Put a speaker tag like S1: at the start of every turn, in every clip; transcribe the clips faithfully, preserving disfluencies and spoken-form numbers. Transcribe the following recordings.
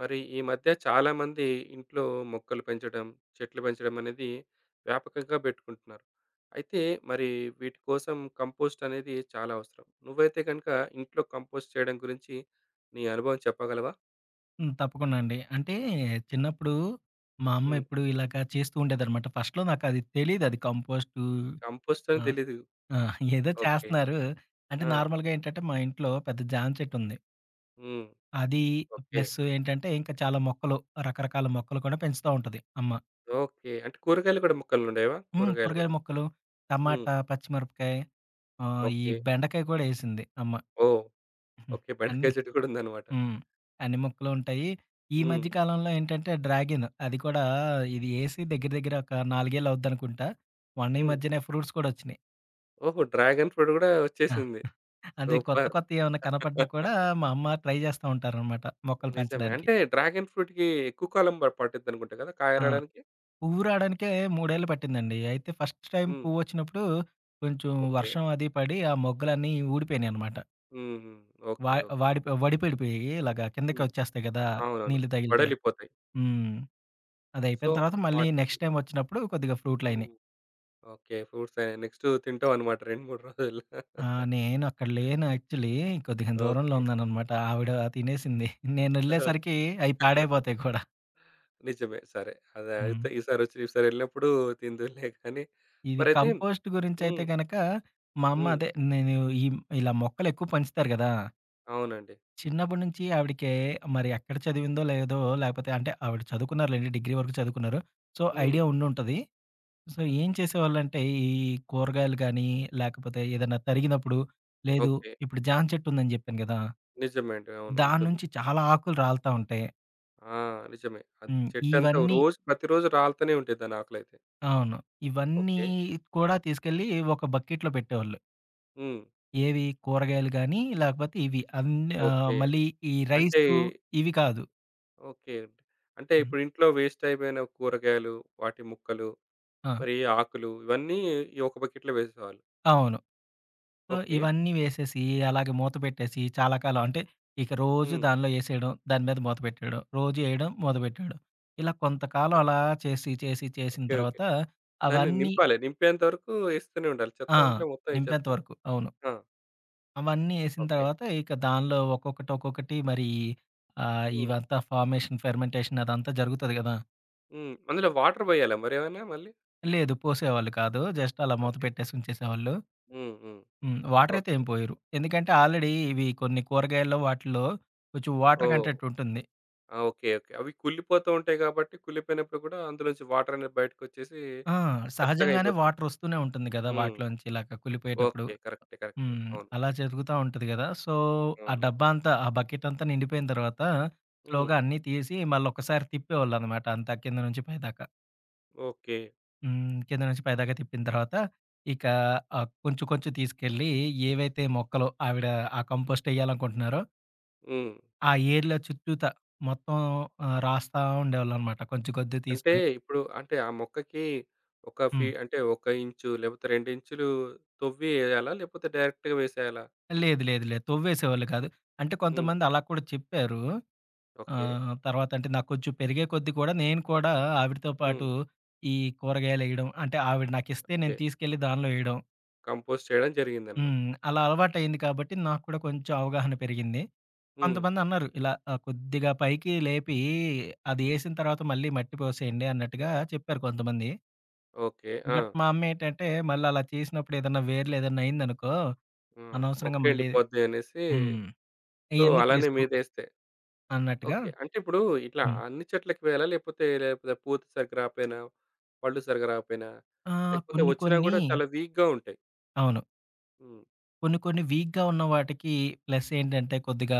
S1: మరి ఈ మధ్య చాలామంది ఇంట్లో మొక్కలు పెంచడం, చెట్లు పెంచడం అనేది వ్యాపకంగా పెట్టుకుంటున్నారు. అయితే మరి వీటి కోసం కంపోస్ట్ అనేది చాలా అవసరం. నువ్వైతే గనుక ఇంట్లో కంపోస్ట్ చేయడం గురించి నీ అనుభవం చెప్పగలవా?
S2: హ్మ్. తప్పకుండా అండి. అంటే చిన్నప్పుడు మా అమ్మ
S1: హ్మ్.
S2: ఎప్పుడు ఇలాగ చేస్తూ ఉండేదనమాట. ఫస్ట్‌లో నాకది తెలీదు అది కంపోస్టు.
S1: కంపోస్ట్ అని
S2: ఆహ్,
S1: తెలీదు.
S2: ఆ! ఏదో
S1: ఓకే.
S2: చేస్తున్నారు. అంటే
S1: ఆ!
S2: నార్మల్‌గా ఏంటంటే మా ఇంట్లో పెద్ద జామ చెట్టుంది.
S1: హ్మ్.
S2: అది
S1: ఓకే.
S2: ప్లస్ ఏంటంటే ఇంకా చాలా మొక్కలు రకరకాల మొక్కలు కూడా పెంచుతా ఉంటది అమ్మ.
S1: ఓకే. అంటే కూరగాయలు కూడా మొక్కలుండేవా?
S2: హ్మ్.
S1: కూరగాయలు కూడా.
S2: కూరగాయల మొక్కలు,
S1: హ్మ్.
S2: టమాటా, పచ్చిమిరపకాయ, ఆహ్, ఈ
S1: ఓకే.
S2: బెండకాయ కూడా ఏసింది అమ్మ.
S1: ఓహ్! ఓకే.
S2: అన్నీ,
S1: బెండకాయ చెట్టు కూడా ఉందన్నమాట.
S2: హ్మ్, అన్ని మొక్కలు ఉంటాయి. ఈ
S1: హ్మ్.
S2: మధ్య కాలంలో ఏంటంటే డ్రాగన్ అది కూడా ఇది ఏసి దగ్గర దగ్గర ఒక నాలుగు అవుద్దనుకుంటా. మొన్న ఈ
S1: హ్మ్.
S2: మధ్యనే ఫ్రూట్స్ కూడా వచ్చినాయి.
S1: ఓహో! డ్రాగన్ ఫ్రూట్ కూడా
S2: ఆ!
S1: వచ్చేసింది.
S2: అది కొత్త
S1: సూపర్.
S2: కొత్తయి ఏమన్నా కనపడినా కూడా మా అమ్మ ట్రై చేస్తా ఉంటారనమాట మొక్కలు
S1: నిజమే.
S2: పెంచడానికి.
S1: అంటే డ్రాగన్ ఫ్రూట్‌కి ఎక్కువ కాలం ప పట్టుద్దనుకుంటా కదా! కాయ
S2: ఆ!
S1: రాడానికి?
S2: పువ్వు రావడానికే మూడు ఏళ్ళు పట్టిందండి. అయితే ఫస్ట్ టైమ్
S1: హ్మ్.
S2: పువ్వొచ్చినప్పుడు కొంచెం
S1: ఓకే.
S2: వర్షం అది పడి ఆ మొగ్గలన్నీ ఊడిపోయినాయనమాట.
S1: హ్మ్. హ్మ్.
S2: వా
S1: ఓకే. ఓకే.
S2: వాడిపో వడిపడిపోయి ఇలాగా కిందకి
S1: హ్మ్.
S2: వచ్చేస్తాయి కదా!
S1: అవునవును.
S2: నీళ్లు తగిలితే.
S1: వడలిపోతాయి.
S2: హ్మ్.
S1: సో,
S2: అదయిపోయిన తర్వాత మళ్ళీ
S1: వాటికి
S2: నెక్స్ట్ టైమ్ వచ్చినప్పుడు కొద్దిగా ఫ్రూట్‌లయినియి.
S1: హ్మ్. ఓకే. ఫ్రూట్స్ ఆహ్, నెక్స్టు తింటావన్నమాట రెండు, మూడు రోజులు.
S2: ఆ! నేను అక్కడ లేను యాక్చువల్లీ. కొద్దిగా దూరంలో
S1: ఓకే.
S2: ఉన్నాననమాట. ఆవిడ తినేసింది. నేనెళ్ళేసరికి అయి పాడైపోతాయి కూడా.
S1: నిజమే. సరే. అదే
S2: హ్మ్.
S1: అయితే ఈసారొచ్చి ఈసారెళ్ళినప్పుడు తిందువులే కానీ
S2: ఇది
S1: మరైతే
S2: కంపోస్ట్ గురించయితే
S1: హ్మ్.
S2: గనక, మా అమ్మ
S1: హ్మ్.
S2: అదే నేను ఈ ఇలా మొక్కలెక్కువ పెంచుతారు గదా!
S1: అవునండి.
S2: చిన్నప్పటి నుంచి ఆవిడకి మరి ఎక్కడ చదివిందో లేదో, లేకపోతే అంటే ఆవిడ చదువుకున్నారులెండి. డిగ్రీ వరకు చదువుకున్నారు. సో,
S1: హ్మ్.
S2: ఐడియా ఉండుంటది. సో, ఏం చేసేవాళ్ళంటే, ఈ కూరగాయలు గానీ, లేకపోతే ఏదన్నా తరిగినప్పుడు, లేదు,
S1: ఓకే.
S2: ఇప్పుడు జామ చెట్టు ఉందని జెప్పాను గదా!
S1: నిజమే అండి. అవును.
S2: దాని
S1: ఉంటుంది.
S2: నుంచి చాలా ఆకులు రాలుతా ఉంటాయి.
S1: ఆ! నిజమే. అది
S2: హ్మ్.
S1: చెట్టంతా
S2: ఇవన్నీ
S1: రోజు ప్రతిరోజు రాలుతూనే ఉంటది దాని ఆకులైతే.
S2: అవును. ఇవన్నీ
S1: ఓకే.
S2: కూడా తీసుకెళ్ళి ఒక బకెట్‌లో పెట్టేవాళ్ళు.
S1: హ్మ్.
S2: ఏవి కూరగాయలు గానీ, లేకపోతే ఇవి అన్ని, ఆహ్,
S1: ఓకే.
S2: మళ్ళీ ఈ
S1: అంటే
S2: రైసు ఇవి కాదు.
S1: ఓకే. అంటే
S2: హ్మ్.
S1: ఇప్పుడు ఇంట్లో వేస్ట్ అయిపోయిన కూరగాయలు, వాటి ముక్కలు,
S2: ఆ!
S1: మరి ఆకులు ఇవన్నీ ఈ ఒక బకెట్‌లో వేసేవాళ్ళు.
S2: అవును. So,
S1: okay.
S2: ఇవన్నీ వేసేసి, అలాగే మూత పెట్టేసి చాలా కాలం అంటే, ఇక రోజు
S1: హ్మ్.
S2: దానిలో ఏసేయడం, దాని మీద మూత పెట్టేయడం, రోజు ఏయడం, మూత పెట్టేయడం. ఇలా కొంతకాలం అలా చేసి, చేసి, చేసిన
S1: ఓకే. ఓకే.
S2: తర్వాత
S1: దాన్ని
S2: అవన్నీ.
S1: నింపాలి. నింపేంత వరకు ఏస్తూనే ఉండాలి. చెత్త
S2: ఆ!
S1: అందులో మొత్తం ఈ
S2: నింపేంత
S1: చెత్తంతా.
S2: వరకు. అవును.
S1: ఆ!
S2: అవన్నీ ఏసిన
S1: ఓకే.
S2: తర్వాత ఇక దానిలో ఒక్కొక్కటి, ఒక్కొక్కటి మరి ఆహ్,
S1: హ్మ్.
S2: ఇవంతా ఫార్మేషన్, ఫెర్మెంటేషన్ అదంతా జరుగుతది గదా!
S1: హ్మ్. అందులో వాటర్ పోయాలా మరేమన్నా మళ్ళీ?
S2: లేదు పోసేవాళ్ళు కాదు. జస్ట్ అలా మూత
S1: ఓకే.
S2: పెట్టేసి ఉంచేసేవాళ్ళు.
S1: హ్మ్. హ్మ్.
S2: హ్మ్. వాటర్ అయితే ఏం
S1: ఓకే.
S2: పోయరు. ఎందుకంటే, ఆల్రెడీ ఇవి కొన్ని కూరగాయల్లో వాటిల్లో కొంచెం వాటర్
S1: ఓహ్!
S2: కంటెంట్ ఉంటుంది.
S1: ఆ! ఓకే. ఓకే. అవి కుళ్ళిపోతూ ఉంటాయి కాబట్టి కుళ్ళిపోయినప్పుడు కూడా అందులోంచి వాటర్ అనేది బయటకొచ్చేసి
S2: ఆ!
S1: మెత్తగా
S2: సహజంగానే
S1: అయిపోతుంది.
S2: వాటరొస్తూనే ఉంటుంది గదా!
S1: హ్మ్.
S2: వాటిలోంచి ఇలాగ కుళ్ళిపోయేటప్పుడు.
S1: ఓకే. కరెక్టే. కరెక్టే.
S2: హ్మ్.
S1: అవును.
S2: అలా జరుగుతా ఉంటది గదా! సో, ఆ
S1: అవును.
S2: డబ్బా అంతా, ఆ బకెటంతా నిండిపోయిన తర్వాత
S1: హ్మ్.
S2: స్లోగా అన్నీ తీసి మళ్ళొకసారి తిప్పేవాళ్ళనమాట అంతా కింద నుంచి పైదాకా.
S1: ఓకే.
S2: హ్మ్. కింద నుంచి పైదాకా తిప్పిన తర్వాత ఇక ఆహ్, కొంచెం కొంచెం తీసుకెళ్ళి ఏవైతే మొక్కలో ఆవిడ ఆ కంపోస్టెయ్యాలనుకుంటున్నారో,
S1: హ్మ్.
S2: ఆ ఏరియాలో చుట్టూతా మొత్తం ఆహ్, రాస్తా ఉండేవాళ్ళనమాట కొంచెం కొద్దిగా
S1: అంటే
S2: తీసుకొని.
S1: ఇప్పుడు అంటే ఆ మొక్కకి ఒక ఫీ
S2: హ్మ్.
S1: అంటే ఒక ఇంచు లేకపోతే రెండు ఇంచులు తొవ్వి ఎయాలా? లేకపోతే డైరెక్ట్‌గా వేసేయాలా?
S2: లేదు. లేదు. లేదు. తవ్వేసేవాళ్ళు కాదు. అంటే
S1: హ్మ్.
S2: కొంతమంది అలా కూడా చెప్పారు.
S1: ఓకే.
S2: ఆహ్, తర్వాత అంటే నాకు కొంచెం పెరిగే కొద్దీ కూడా నేను కూడా ఆవిడతో
S1: హ్మ్.
S2: పాటు ఈ కూరగాయలేయడం అంటే ఆవిడ నాకిస్తే నేను
S1: ఓకే.
S2: తీసుకెళ్ళి దానిలో ఏయడం.
S1: కంపోస్ట్ చేయడం జరిగిందన్నమాట.
S2: హ్మ్. అలా అలవాటయింది కాబట్టి నాకు కూడా కొంచెం అవగాహన పెరిగింది.
S1: హ్మ్.
S2: కొంతమందన్నారు ఇలా, ఆహ్, కొద్దిగా పైకి లేపి అది ఏసిన తర్వాత మళ్ళీ మట్టి పోసేయండి అన్నట్టుగా చెప్పారు కొంతమంది.
S1: ఓకే. ఆ!
S2: బట్ మా అమ్మేంటంటే మళ్ళీ అలా చేసినప్పుడు ఏదన్నా వేర్లు ఏదన్నా అయిందనుకో
S1: ఆ!
S2: అనవసరంగా మళ్ళీ,
S1: మొక్కేండిపోద్ది అనేసి
S2: హ్మ్,
S1: సో,
S2: ఎందుకు
S1: అలానే
S2: రిస్కు?
S1: మీదేస్తే.
S2: అన్నట్టుగా.
S1: ఓకే. అంటే ఇప్పుడు ఇట్లా
S2: హ్మ్.
S1: అన్ని చెట్లకి వేయాలా? లేకపోతే లేకపోతే పూత సరిగ్గా రాకపోయినా, పళ్ళు సరిగ్గా రాకపోయినా,
S2: ఆహ్,
S1: లేకపోతే
S2: కొన్ని
S1: వచ్చినా
S2: కొన్ని,
S1: కూడా చాలా వీక్‌గా ఉంటాయి.
S2: అవును,
S1: హ్మ్.
S2: కొన్ని కొన్ని వీక్‌గా ఉన్న వాటికి ప్లస్ ఏంటంటే కొద్దిగా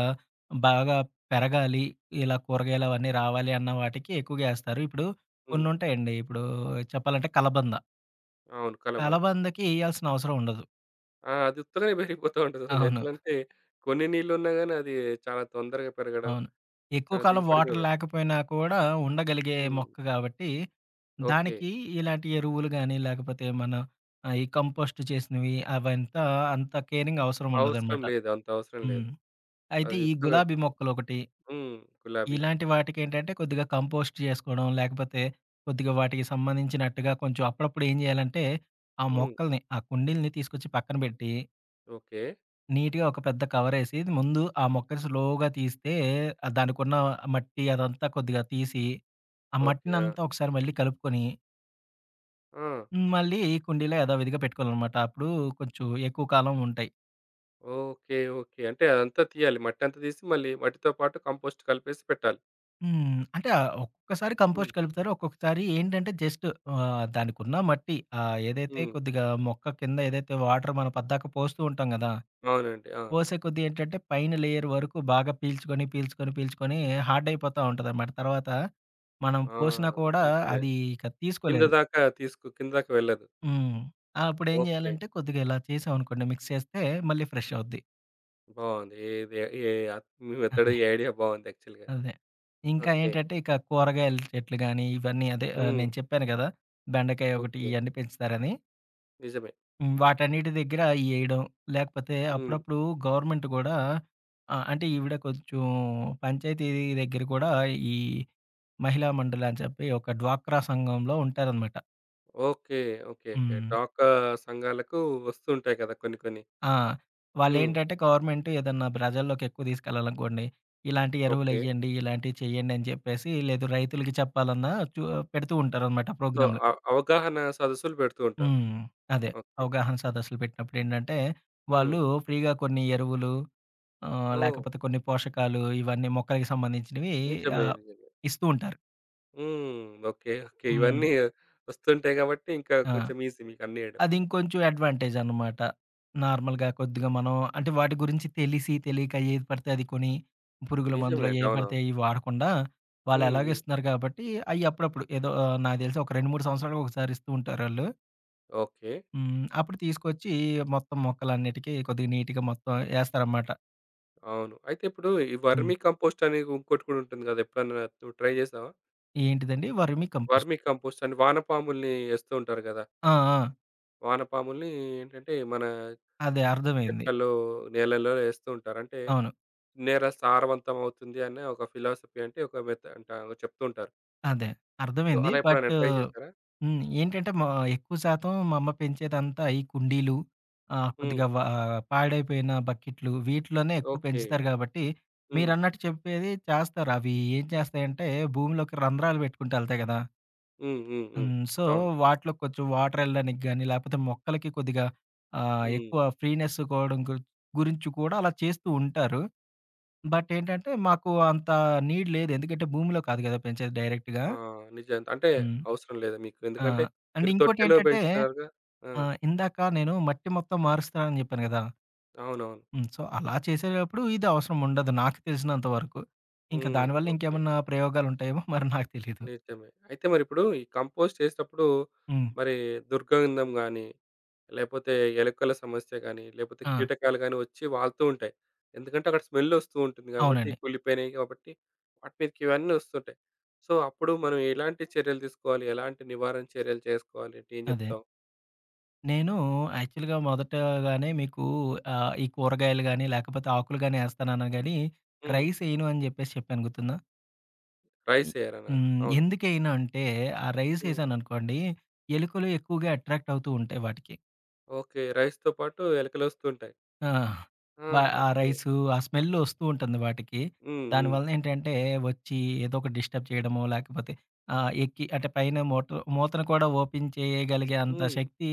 S2: బాగా పెరగాలి, ఇలా కూరగాయలు అవన్నీ రావాలి అన్న వాటికి ఎక్కువగా ఏస్తారు. ఇప్పుడు
S1: హ్మ్.
S2: కొన్నుంటాయండి. ఇప్పుడు చెప్పాలంటే కలబంద.
S1: అవును. కలబంద.
S2: కలబందకి ఏయాల్సిన అవసరం ఉండదు.
S1: ఆ! అది ఉత్తగానే పెరిగిపోతా ఉంటది. అసలు
S2: అవును.
S1: ఎట్లంటే కొన్ని నీళ్లున్నా గాని అది చాలా తొందరగా పెరగడం,
S2: అవును. ఎక్కువ
S1: చాలా
S2: కాలం
S1: దిగుబడి కూడా
S2: వాటర్
S1: పె
S2: లేకపోయినా కూడా ఉండగలిగే
S1: హ్మ్.
S2: మొక్క కాబట్టి,
S1: ఓకే.
S2: దానికి ఇలాంటి ఎరువులు గాని, లేకపోతే మన ఆహ్, ఈ కంపోస్ట్ చేసినవి అవంతా అంత కేరింగ్ అవసరం
S1: అవసరం
S2: ఉండదనమాట.
S1: లేదు. అంత అవసరం
S2: హ్మ్.
S1: లేదు.
S2: అయితే
S1: అది
S2: ఈ
S1: ఉత్తగా
S2: గులాబీ మొక్కలొకటి,
S1: హ్మ్. గులాబీ.
S2: ఇలాంటి వాటికేంటంటే కొద్దిగా కంపోస్ట్ చేసుకోవడం, లేకపోతే కొద్దిగా వాటికి సంబంధించినట్టుగా కొంచెం అప్పుడప్పుడు ఏం చేయాలంటే, ఆ
S1: హ్మ్.
S2: మొక్కల్ని, ఆ కుండీలని తీసుకొచ్చి పక్కన పెట్టి,
S1: ఓకే.
S2: నీట్‌గా ఒక పెద్ద కవరేసి ముందు ఆ మొక్కని స్లోగా తీస్తే ఆహ్, దానికున్న మట్టి అదంతా కొద్దిగా తీసి, ఆ
S1: ఓకే. ఆ!
S2: మట్టినంతా ఒకసారి మళ్ళీ కలుపుకొని,
S1: ఆ!
S2: ఉమ్, మళ్ళీ ఈ కుండీలో యథావిధిగా పెట్టుకోవాలనమాట. అప్పుడు కొంచెం ఎక్కువ కాలం ఉంటాయి.
S1: ఓకే. ఓకే. అంటే అదంతా తీయాలి. మట్టంతా తీసి మళ్ళీ మట్టితో పాటు కంపోస్ట్ కలిపేసి పెట్టాలి.
S2: హ్మ్. అంటే ఆహ్, ఒక్కొక్కసారి
S1: హ్మ్.
S2: కంపోస్ట్ కలుపుతారు. ఒక్కొక్కసారి ఏంటంటే జస్ట్ ఆహ్, దానికున్న మట్టి ఆహ్, ఏదైతే
S1: హ్మ్.
S2: కొద్దిగా మొక్క కింద ఏదైతే వాటర్ మనం పద్దాక పోస్తూ ఉంటాం గదా!
S1: అవునండి. ఆ!
S2: పోసే కొద్దీ ఏంటంటే పైన లేయర్ వరకు బాగా పీల్చుకొని, పీల్చుకొని, పీల్చుకొని హార్డ్ అయిపోతా ఉంటదనమాట. తర్వాత మనం
S1: ఆ!
S2: పోసినా కూడా
S1: నిజమే.
S2: అది ఇక
S1: కింద
S2: తీసుకోలేదు.
S1: దాకా తీసుకు కింద దాకా వెళ్ళదు.
S2: హ్మ్. ఆ! అప్పుడేం
S1: ఓకే.
S2: జేయాలంటే కొద్దిగా ఇలా చేసామనుకోండి మిక్స్ చేస్తే మళ్ళీ ఫ్రెష్ అవుద్ది.
S1: బావుంది. ఏది ఏ ఆహ్, మీ మెథడ్
S2: అదే.
S1: ఈ ఐడియా బావుంది యాక్చువల్‌గా.
S2: అదే. ఇంకా
S1: ఓకే.
S2: ఏంటంటే, ఇక కూరగాయల చెట్లు గానీ, ఇవన్నీ అదే, ఆహ్,
S1: హ్మ్.
S2: నేను చెప్పాను గదా! బెండకాయ ఒకటి
S1: ఓకే.
S2: ఇయన్నీ పెంచుతారని.
S1: నిజమే.
S2: హ్మ్. వాటన్నిటి దగ్గర ఇయేయడం, లేకపోతే
S1: హ్మ్.
S2: అప్పుడప్పుడు గవర్నమెంట్ గూడా, ఆహ్, అంటే ఈవిడ కొంచెం పంచాయతీ దగ్గర కూడా ఈ మహిళా మండలి అని చెప్పి ఒక డ్వాక్రా సంఘంలో ఉంటారనమాట.
S1: ఓకే. ఓకే. ఓకే.
S2: హ్మ్.
S1: డాకా సంఘాలకు వస్తుంటాయి కదా! కొన్ని కొన్ని.
S2: ఆ!
S1: హ్మ్.
S2: వాళ్ళేంటంటే గవర్నమెంట్ ఏదన్నా ప్రజల్లోకి ఎక్కువ తీసుకెళ్ళాలనుకోండి, ఇలాంటి
S1: ఓకే.
S2: ఎరువులెయ్యండి, ఇలాంటివి చేయండి అని చెప్పేసి, లేదు రైతులకి చెప్పాలన్నా చు పెడుతూ ఉంటారనమాట
S1: సో,
S2: ప్రోగ్రామ్‌లు.
S1: అ అవగాహన సదస్సులు పెడుతూ ఉంటారు.
S2: హ్మ్. అదే.
S1: ఓకే.
S2: అవగాహన సదస్సులు పెట్టినప్పుడేంటంటే,
S1: హ్మ్.
S2: వాళ్ళు ఫ్రీగా కొన్ని ఎరువులు, ఆహ్,
S1: ఓహ్!
S2: లేకపోతే కొన్ని పోషకాలు ఇవన్నీ మొక్కలకి సంబంధించినవి,
S1: నిజమే.
S2: ఆహ్,
S1: నిజమే.
S2: ఇస్తూ ఉంటారు.
S1: హ్మ్. ఓకే. ఓకే.
S2: హ్మ్.
S1: ఇవన్నీ వస్తుంటాయి కాబట్టి ఇంకా
S2: ఆ!
S1: కొంచెం ఈజీ మీకు అన్ని చేయడం.
S2: అది ఇంకొంచెం అడ్వాంటేజ్ అనమాట. నార్మల్‌గా కొద్దిగా మనం అంటే వాటి గురించి తెలిసి, తెలియక ఏది పడితే అది కొని, పురుగుల
S1: నిజమే
S2: మందులో
S1: అండి.
S2: ఏవి పడితే
S1: అవునవును.
S2: అయి వాడకుండా, వాళ్ళు
S1: హ్మ్.
S2: ఎలాగో
S1: హ్మ్.
S2: ఇస్తున్నారు కాబట్టి, అయి అప్పుడప్పుడు ఏదో, ఆహ్, నాకు తెలిసి ఒక రెండు, మూడు సంవత్సరాలకు ఒకసారి ఇస్తూ ఉంటారాళ్ళు.
S1: ఓకే.
S2: హ్మ్. అప్పుడు తీసుకొచ్చి మొత్తం మొక్కలన్నిటికి కొద్దిగా నీట్‌గా మొత్తం ఏస్తారనమాట.
S1: అవును. అయితే ఇప్పుడు ఈ
S2: హ్మ్.
S1: వర్మీ కంపోస్ట్ అని ఇంకోటి కూడా ఉంటుంది గదా! ఎప్పుడన్నా నువ్వు ట్రై చేసావా?
S2: ఏంటిదండి? వర్మి
S1: వర్మీ
S2: కంపోస్ట్.
S1: కంపోస్ట్ అని వానపాముల్ని ఏస్తూ ఉంటారు గదా!
S2: ఆ! ఆ!
S1: వానపాముల్ని ఏంటంటే మన
S2: అదే అర్థమైంది.
S1: చెట్లలో, నేలలో ఏస్తూ ఉంటారు. అంటే
S2: అవును.
S1: నేల సారవంతం అవుతుంది అనే ఒక ఫిలాసఫీ అంటే ఒక మెథ అంట చెప్తూ ఉంటారు.
S2: అదే.
S1: సో,
S2: అర్థమైంది.
S1: అలా ఎప్పుడైనా
S2: బట్
S1: ట్రై చేశారా?
S2: హ్మ్. ఏంటంటే మా ఎక్కువ శాతం మా అమ్మ పెంచేదంతా ఈ కుండీలు, ఆహ్,
S1: హ్మ్.
S2: కొద్దిగా వ పాడైపోయిన బకెట్లు వీటిలోనే ఎక్కువ
S1: ఓకే.
S2: పెంచుతారు గాబట్టి,
S1: హ్మ్.
S2: మీరన్నట్టు చెప్పేది చేస్తారు. అవి ఏం చేస్తాయంటే భూమిలోకి రంధ్రాలు పెట్టుకుంటూ ఎళ్తాయి గదా!
S1: హ్మ్. హ్మ్. హ్మ్.
S2: హ్మ్. సో,
S1: అవును.
S2: వాటిలో కొంచెం వాటర్ ఎళ్ళడానికి గాని, లేకపోతే మొక్కలకి కొద్దిగా ఆహ్,
S1: హ్మ్.
S2: ఎక్కువ ఫ్రీనెస్ కోవడం గుర్ గురించి కూడా అలా చేస్తూ ఉంటారు. బట్ ఏంటంటే, మాకు అంత నీడ్ లేదు. ఎందుకంటే, భూమిలో కాదు కదా పెంచేది డైరెక్ట్‌గా.
S1: ఆ! నిజం. అంటే
S2: హ్మ్.
S1: అవసరం లేదు మీకు.
S2: ఆ!
S1: ఎందుకంటే
S2: అండ్
S1: మీరు తొట్టెలో
S2: ఇంకోటేంటంటే,
S1: పెంచుతారుగా. ఆ!
S2: ఆహ్, ఇందాక నేను మట్టి మొత్తం మారుస్తానని చెప్పాను కదా!
S1: అవునవును.
S2: హ్మ్. సో, అలా చేసేటప్పుడు ఇది అవసరం ఉండదు నాకు తెలిసినంత వరకు. ఇంకా
S1: హ్మ్.
S2: దానివల్ల
S1: ఓకే.
S2: ఇంకేమన్నా ప్రయోగాలుంటాయేమో మరి నాకు తెలీదు.
S1: నిజమే. అయితే మరిప్పుడు ఈ కంపోస్ట్ చేసేటప్పుడు
S2: హ్మ్.
S1: మరి దుర్గంధం గానీ, లేపోతే ఎలుకల సమస్య గానీ, లేపోతే
S2: ఆ!
S1: కీటకాలు గానీ వచ్చి వాలుతూ ఉంటాయి. ఎందుకంటే అక్కడ స్మెల్ ఒస్తూ ఉంటుంది గాబట్టి,
S2: అవునండి.
S1: కుళ్ళిపోయినయి గాబట్టి వాటి మీదకి ఇవన్నీ ఒస్తుంటాయి. సో, అప్పుడు మనం ఎలాంటి చర్యలు తీసుకోవాలి? ఎలాంటి నివారణ చర్యలు చేసుకోవాలి అంటే ఏం
S2: అదే.
S1: జెప్తావు?
S2: నేను యాక్చువల్‌గా మొదటగానే మీకు, ఆహ్, ఈ కూరగాయలు గాని, లేకపోతే ఆకులు గాని ఏస్తానన్నా గాని,
S1: హ్మ్.
S2: రైస్ ఎయను అని జెప్పేసి చెప్పాను గుర్తుందా? ఇ
S1: రైస్ ఎయ్యరన్నారు.
S2: హ్మ్.
S1: అవును.
S2: ఎందుకెయను అంటే, ఆ రైస్
S1: హ్మ్.
S2: ఏసాననుకోండి, ఎలుకలు ఎక్కువగా అట్రాక్ట్ అవుతూ ఉంటాయి వాటికి.
S1: ఓకే. రైస్‌తో పాటు ఎలుకలొస్తుంటాయి.
S2: ఆ!
S1: ఆ!
S2: వ ఆ
S1: ఓకే.
S2: రైసు, ఆ స్మెల్ ఒస్తూ ఉంటుంది వాటికి.
S1: హ్మ్. హ్మ్.
S2: దానివల్ల ఏంటంటే, వచ్చి ఏదో ఒకటి డిస్టర్బ్ చేయడమో, లేకపోతే, ఆహ్, ఎక్కి అంటే పైన మూట మూతను కూడా ఓపెన్ చేయగలిగే అంత
S1: హ్మ్.
S2: శక్తి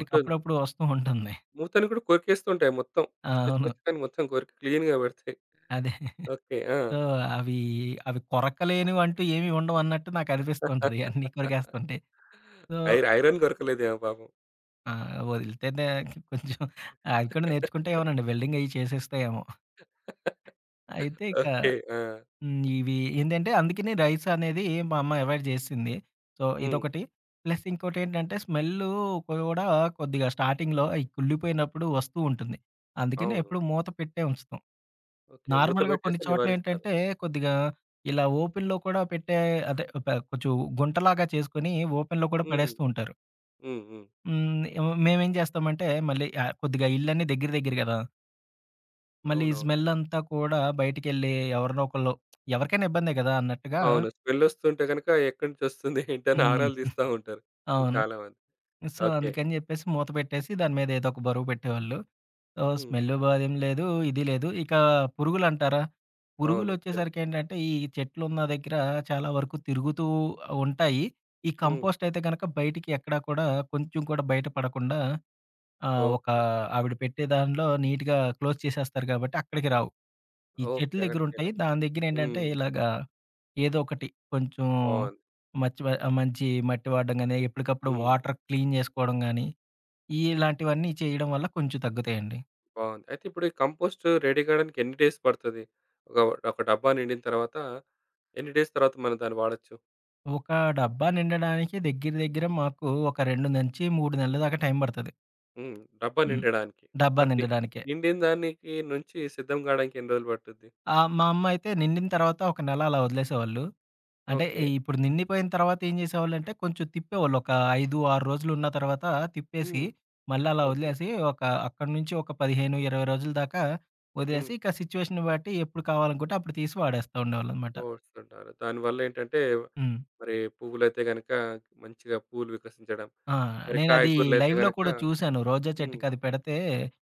S1: ఉంటుంది.
S2: ఒస్తూ ఉంటుంది.
S1: మూతలు కూడా కొరికేస్తుంటాయి మొత్తం.
S2: ఆ!
S1: చిక్క చిక్క
S2: అవును.
S1: చిక్క అని మొత్తం కొరికి క్లీన్‌గా పెడతాయి.
S2: అదే.
S1: ఓకే. ఆ!
S2: సో, అవి, అవి కొరకలేనివంటూ ఏమి ఉండవన్నట్టు నాకనిపిస్తుంటది అన్నీ కొరికేస్తుంటే. సో,
S1: ఐర్ ఐరన్ కొరకలేదేమో పాపం.
S2: ఆ! వదిలితేనే కొంచెం అవి కూడా నేర్చుకుంటే ఏమోనండి వెల్డింగ్ అయ్యి చేసేస్తా ఏమో! అయితే ఇక
S1: ఓకే. ఆ!
S2: హ్మ్. ఇవి ఏంటంటే అందుకని రైస్ అనేది మా అమ్మ అవాయిడ్ జేసింది. సో,
S1: హ్మ్.
S2: ఇదొకటి. ప్లస్ ఇంకోటేంటంటే స్మెల్లు కూడా కొద్దిగా స్టార్టింగ్‌లో ఈ కుళ్ళిపోయినప్పుడు వస్తూ ఉంటుంది. అందుకని
S1: అవును.
S2: ఎప్పుడు మూత పెట్టే ఉంచుతాం.
S1: ఓకే. మూత
S2: నార్మల్‌గా కొన్ని
S1: పెట్టేస్తే నివారిస్తారు.
S2: చోట్లేంటంటే, కొద్దిగా ఇలా ఓపెన్‌లో కూడా పెట్టే అదే ప కొంచెం గుంటలాగా చేసుకొని ఓపెన్‌లో కూడా
S1: హ్మ్.
S2: పడేస్తూ ఉంటారు.
S1: హ్మ్. హ్మ్.
S2: హ్మ్. మేమేం చేస్తామంటే, మళ్ళీ, ఆహ్, కొద్దిగా ఇళ్ళన్నీ దగ్గర దగ్గర గదా! మళ్ళీ ఈ
S1: అవునవును.
S2: స్మెల్లంతా కూడా బయటికెళ్ళి ఎవరినో ఒకళ్ళు ఎవరికైనా ఇబ్బందే గదా! అన్నట్టుగా,
S1: అవును. స్మెల్లొస్తుంటే గనక ఎక్కడి నుంచొస్తుంది ఏంటని ఆరాలు
S2: హ్మ్,
S1: తీస్తా ఉంటారు
S2: అవును.
S1: చాలా మంది.
S2: So,
S1: okay.
S2: అందుకని జెప్పేసి మూత పెట్టేసి దాని మీద ఏదో ఒక బరువు పెట్టేవాళ్ళు. ఓహ్!
S1: హ్మ్.
S2: స్మెల్లు భయం లేదు. ఇది లేదు. ఇక పురుగులంటారా?
S1: అవును. తెల్
S2: పురుగులొచ్చేసరికేంటంటే, ఈ చెట్లున్న దగ్గర చాలా వరకు తిరుగుతూ ఉంటాయి. ఈ
S1: హ్మ్.
S2: కంపోస్ట్ అయితే గనక బయటికి ఎక్కడా కూడా కొంచెం కూడా బయట పడకుండా, ఆహ్, ఒక
S1: ఓకే.
S2: ఆవిడ పెట్టే దానిలో నీట్‌గా క్లోజ్ చేసేస్తారు కాబట్టి అక్కడికి రావు. ఈ
S1: ఓకే.
S2: చెట్ల దగ్గరుంటాయి.
S1: అక్కడికెళ్ళాం.
S2: దాని దగ్గరేంటంటే
S1: హ్మ్.
S2: ఇలాగా ఏదో ఒకటి కొంచెం
S1: బావుంది.
S2: మచ్చి వ మంచి మట్టి వాడడం గాని, ఎప్పటికప్పుడు
S1: హ్మ్.
S2: వాటర్ క్లీన్ జేసుకోవడం గాని, ఇలాంటివన్నీ చేయడం వల్ల కొంచెం తగ్గుతాయండి.
S1: బావుంది. అయితే ఇప్పుడు ఈ కంపోస్ట్ రెడీ కాడానికి ఎన్ని డేస్ పడతది? ఒక ఒక డబ్బా నిండిన తర్వాత ఎన్ని డేస్ తర్వాత మనం దాన్ని వాడొచ్చు?
S2: ఒక డబ్బా నిండడానికి దగ్గర దగ్గర మాకు ఒక రెండు మూడు నెలల దాకా టైం పడతది.
S1: హ్మ్. డబ్బా
S2: హ్మ్.
S1: నిండడానికి.
S2: డబ్బా
S1: మరి ని
S2: నిండడానికే.
S1: నిండిన దానికి నుంచి సిద్ధం కాడానికి ఎన్ని రోజులు పట్టుద్ది?
S2: ఆహ్, మా అమ్మ అయితే నిండిన తర్వాత ఒక నెల అలా వదిలేసేవాళ్ళు. అంటే
S1: ఓకే.
S2: ఈ- ఇప్పుడు నిండిపోయిన తర్వాత ఏం చేసేవాళ్ళంటే కొంచెం తిప్పేవాళ్ళు. ఒక ఐదు, ఆరు రోజులు ఉన్న తర్వాత తిప్పేసి
S1: హ్మ్.
S2: మళ్ళీ అలా
S1: ఓకే.
S2: వదిలేసి ఒక అక్కడి నుంచి ఒక పదిహేను, ఇరవై రోజుల దాకా వదిలేసి
S1: హ్మ్.
S2: ఇక సిట్యుయేషన్‌ని బట్టి ఎప్పుడు కావాలనుకుంటే అప్పుడు తీసి వాడేస్తా ఉండేవాళ్ళనమాట.
S1: పోస్తుంటారు. దానివల్ల ఏంటంటే
S2: హ్మ్.
S1: మరి పువ్వులైతే గనక మంచిగా పూలు వికసించడం,
S2: ఆ!
S1: మరి
S2: నేనది
S1: కాయగూరలైతే
S2: లైవ్‌లో
S1: గనక
S2: కూడా చూసాను. రోజా
S1: హ్మ్.
S2: చెట్టుకది పెడితే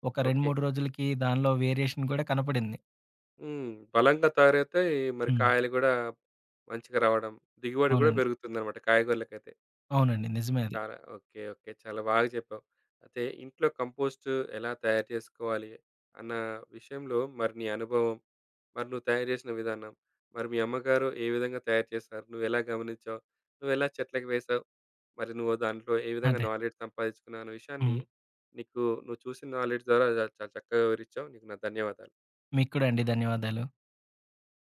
S2: ఒక రెండు,
S1: ఓకే.
S2: మూడు రోజులకి దానిలో వేరియేషన్ గూడా కనపడింది.
S1: హ్మ్. బలంగా తయారైతాయి. మరి
S2: హ్మ్.
S1: కాయలు గూడా మంచిగా రావడం, దిగుబడి గూడా
S2: అవునండి.
S1: పెరుగుతుందన్నమాట కాయగూరలకైతే.
S2: అవునండి. నిజమే అది.
S1: చాలా ఓకే. ఓకే. చాలా బాగా చెప్పావు. అయితే ఇంట్లో కంపోస్ట్ ఎలా తయారు చేసుకోవాలి అన్న విషయంలో మరి నీ అనుభవం, మరి నువ్వు తయారు చేసిన విధానం, మరి మీ అమ్మగారు ఏ విధంగా తయారు చేశారు? నువ్వెలా గమనించావు? నువ్వెలా చెట్లకి వేశావు? మరి నువ్వు దాంట్లో ఏ విధంగా
S2: అదే.
S1: నాలెడ్జ్ సంపాదించుకున్నావు అన్న విషయాన్ని
S2: హ్మ్.
S1: నీకు నువ్వు చూసిన నాలెడ్జ్ ద్వారా చాలా చక్కగా వివరించావు. నీకు నా ధన్యవాదాలు.
S2: మీకు కూడా అండి. ధన్యవాదాలు.